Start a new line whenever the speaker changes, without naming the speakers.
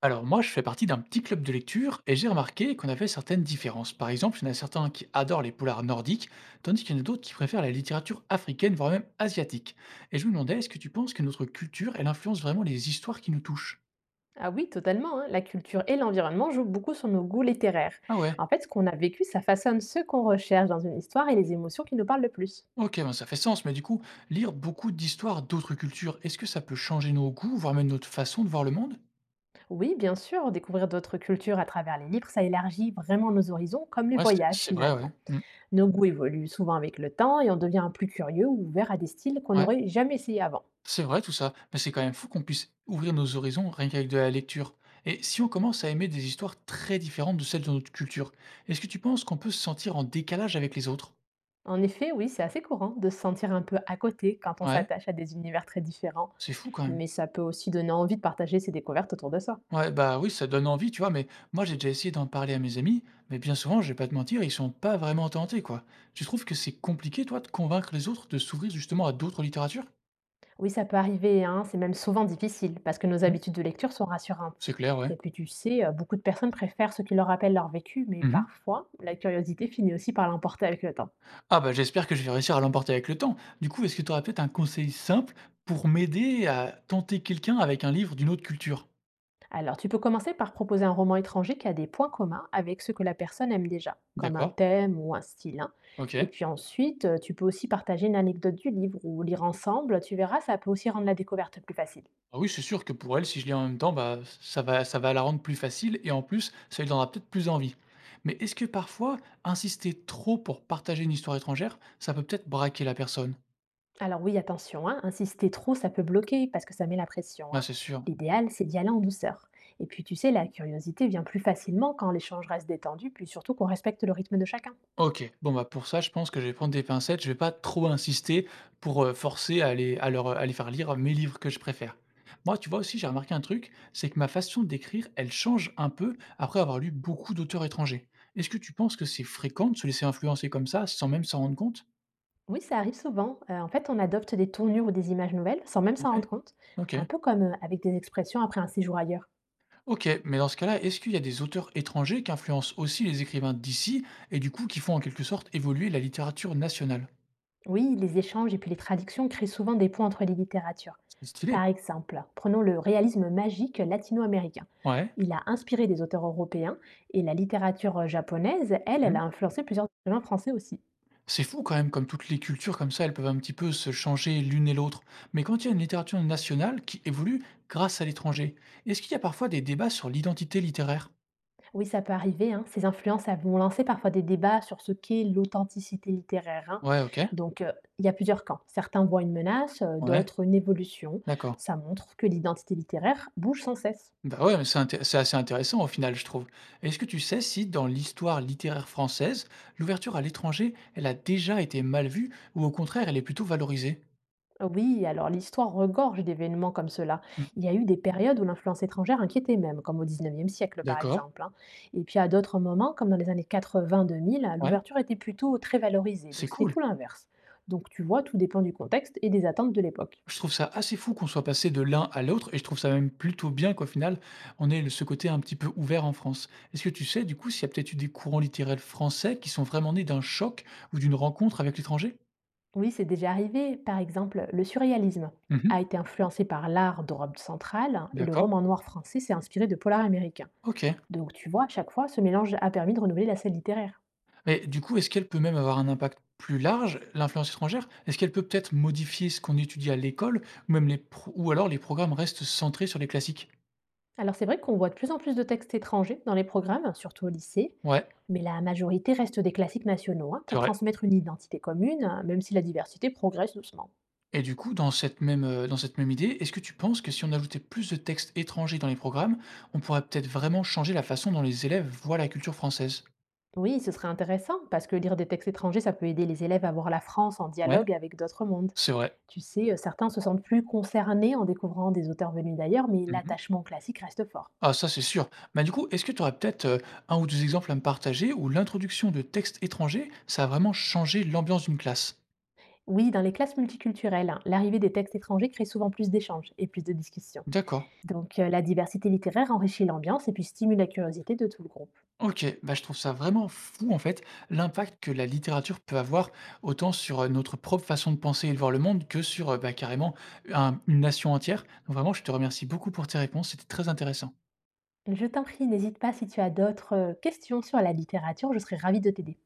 Alors moi, je fais partie d'un petit club de lecture et j'ai remarqué qu'on avait certaines différences. Par exemple, il y en a certains qui adorent les polars nordiques, tandis qu'il y en a d'autres qui préfèrent la littérature africaine, voire même asiatique. Et je me demandais, est-ce que tu penses que notre culture, elle influence vraiment les histoires qui nous touchent?
Ah oui, totalement. Hein. La culture et l'environnement jouent beaucoup sur nos goûts littéraires.
Ah ouais,
Ce qu'on a vécu, ça façonne ce qu'on recherche dans une histoire et les émotions qui nous parlent le plus.
ok, ben ça fait sens, mais du coup, lire beaucoup d'histoires d'autres cultures, est-ce que ça peut changer nos goûts, voire même notre façon de voir le monde?
Oui, bien sûr, découvrir d'autres cultures à travers les livres, ça élargit vraiment nos horizons, comme les
Ouais, c'est
voyages
c'est vrai, ouais.
finalement.
Mm.
Nos goûts évoluent souvent avec le temps et on devient plus curieux ou ouvert à des styles qu'on
Ouais.
n'aurait jamais essayé avant.
C'est vrai tout ça, mais c'est quand même fou qu'on puisse ouvrir nos horizons rien qu'avec de la lecture. Et si on commence à aimer des histoires très différentes de celles de notre culture, est-ce que tu penses qu'on peut se sentir en décalage avec les autres?
En effet, oui, c'est assez courant de se sentir un peu à côté quand on
Ouais,
s'attache à des univers très différents,
c'est fou quand même.
mais ça peut aussi donner envie de partager ses découvertes autour de soi.
Ouais, bah oui, ça donne envie, tu vois, mais moi j'ai déjà essayé d'en parler à mes amis, mais bien souvent, je vais pas te mentir, ils sont pas vraiment tentés, quoi. Tu trouves que c'est compliqué, toi, de convaincre les autres de s'ouvrir justement à d'autres littératures?
Oui, ça peut arriver, hein, c'est même souvent difficile parce que nos
Hmm,
habitudes de lecture sont rassurantes.
c'est clair, ouais.
Et puis tu sais, beaucoup de personnes préfèrent ce qui leur rappelle leur vécu, mais
Mhm.
parfois, la curiosité finit aussi par l'emporter avec le temps.
Ah bah, j'espère que je vais réussir à l'emporter avec le temps. Du coup, est-ce que tu aurais peut-être un conseil simple pour m'aider à tenter quelqu'un avec un livre d'une autre culture?
Alors, tu peux commencer par proposer un roman étranger qui a des points communs avec ce que la personne aime déjà, comme un
D'accord,
thème ou un style. Hein. Et
OK.
puis ensuite, tu peux aussi partager une anecdote du livre ou lire ensemble, tu verras, ça peut aussi rendre la découverte plus facile.
Ah oui, c'est sûr que pour elle, si je lis en même temps, bah, ça va la rendre plus facile et en plus, ça lui donnera peut-être plus envie. Mais est-ce que parfois, insister trop pour partager une histoire étrangère, ça peut peut-être braquer la personne?
Alors oui, attention, hein, insister trop, ça peut bloquer parce que ça met la pression.
Ouais,
Hein.
c'est sûr.
L'idéal, c'est d'y aller en douceur. Et puis tu sais, la curiosité vient plus facilement quand l'échange reste détendu, puis surtout qu'on respecte le rythme de chacun.
OK. Bon, bah, pour ça, je pense que je vais prendre des pincettes. Je vais pas trop insister pour, forcer à les à leur, à les faire lire mes livres que je préfère. Moi, tu vois aussi, j'ai remarqué un truc, c'est que ma façon d'écrire, elle change un peu après avoir lu beaucoup d'auteurs étrangers. Est-ce que tu penses que c'est fréquent de se laisser influencer comme ça, sans même s'en rendre compte?
Oui, ça arrive souvent. En fait, on adopte des tournures ou des images nouvelles sans même s'en
Ouais,
rendre compte,
OK.
un peu comme avec des expressions après un séjour ailleurs.
OK, mais dans ce cas-là, est-ce qu'il y a des auteurs étrangers qui influencent aussi les écrivains d'ici et du coup qui font en quelque sorte évoluer la littérature nationale?
Oui, les échanges et puis les traductions créent souvent des ponts entre les littératures.
C'est stylé.
Par exemple, prenons le réalisme magique latino-américain.
Ouais.
Il a inspiré des auteurs européens et la littérature japonaise, elle, elle
Mmh.
a influencé plusieurs écrivains français aussi.
C'est fou quand même, comme toutes les cultures comme ça, elles peuvent un petit peu se changer l'une et l'autre. Mais quand il y a une littérature nationale qui évolue grâce à l'étranger, est-ce qu'il y a parfois des débats sur l'identité littéraire?
Oui, ça peut arriver, hein, ces influences elles vont lancer parfois des débats sur ce qu'est l'authenticité littéraire. Hein.
Ouais, OK.
Donc il y a plusieurs camps. Certains voient une menace,
Ouais,
d'autres une évolution.
d'accord.
Ça montre que l'identité littéraire bouge sans cesse.
Bah ouais, mais c'est assez intéressant au final, je trouve. Est-ce que tu sais si dans l'histoire littéraire française, l'ouverture à l'étranger, elle a déjà été mal vue ou au contraire, elle est plutôt valorisée?
Oui, alors l'histoire regorge d'événements comme cela.
Mmh.
Il y a eu des périodes où l'influence étrangère inquiétait même, comme au 19e siècle par
D'accord.
exemple. Hein. Et puis à d'autres moments, comme dans les années 80-2000,
Ouais,
l'ouverture était plutôt très valorisée, donc
c'est
c'était
cool.
tout l'inverse. Donc tu vois, tout dépend du contexte et des attentes de l'époque.
Je trouve ça assez fou qu'on soit passé de l'un à l'autre et je trouve ça même plutôt bien qu'au final, on ait le ce côté un petit peu ouvert en France. Est-ce que tu sais, du coup, s'il y a peut-être eu des courants littéraires français qui sont vraiment nés d'un choc ou d'une rencontre avec l'étranger?
Oui, c'est déjà arrivé. Par exemple, le surréalisme a
Mmh.
été influencé par l'art d'Europe centrale, hein, et le
D'accord.
roman noir français s'est inspiré de polar américain.
OK.
Donc tu vois, à chaque fois, ce mélange a permis de renouveler la scène littéraire.
Mais du coup, est-ce qu'elle peut même avoir un impact plus large, l'influence étrangère? Est-ce qu'elle peut peut-être modifier ce qu'on étudie à l'école ou même les pro ou alors les programmes restent centrés sur les classiques?
Alors c'est vrai qu'on voit de plus en plus de textes étrangers dans les programmes, surtout au lycée,
Ouais,
mais la majorité reste des classiques nationaux, hein,
c'est
pour
vrai.
transmettre une identité commune, hein, même si la diversité progresse doucement.
Et du coup, dans dans cette même idée, est-ce que tu penses que si on ajoutait plus de textes étrangers dans les programmes, on pourrait peut-être vraiment changer la façon dont les élèves voient la culture française?
Oui, ce serait intéressant, parce que lire des textes étrangers, ça peut aider les élèves à voir la France en
Ouais,
dialogue avec d'autres mondes.
c'est vrai.
Tu sais, certains se sentent plus concernés en découvrant des auteurs venus d'ailleurs, mais
Mmh.
l'attachement classique reste fort.
Ah ça, c'est sûr. Bah, du coup, est-ce que tu aurais peut-être 1 ou 2 exemples à me partager où l'introduction de textes étrangers, ça a vraiment changé l'ambiance d'une classe?
Oui, dans les classes multiculturelles, hein, l'arrivée des textes étrangers crée souvent plus d'échanges et plus de discussions.
D'accord.
Donc la diversité littéraire enrichit l'ambiance et puis stimule la curiosité de tout le groupe.
OK, bah, je trouve ça vraiment fou, en fait, l'impact que la littérature peut avoir autant sur, notre propre façon de penser et de voir le monde que sur, bah, carrément un une nation entière. Donc vraiment, je te remercie beaucoup pour tes réponses, c'était très intéressant.
Je t'en prie, n'hésite pas si tu as d'autres questions sur la littérature, je serais ravie de t'aider.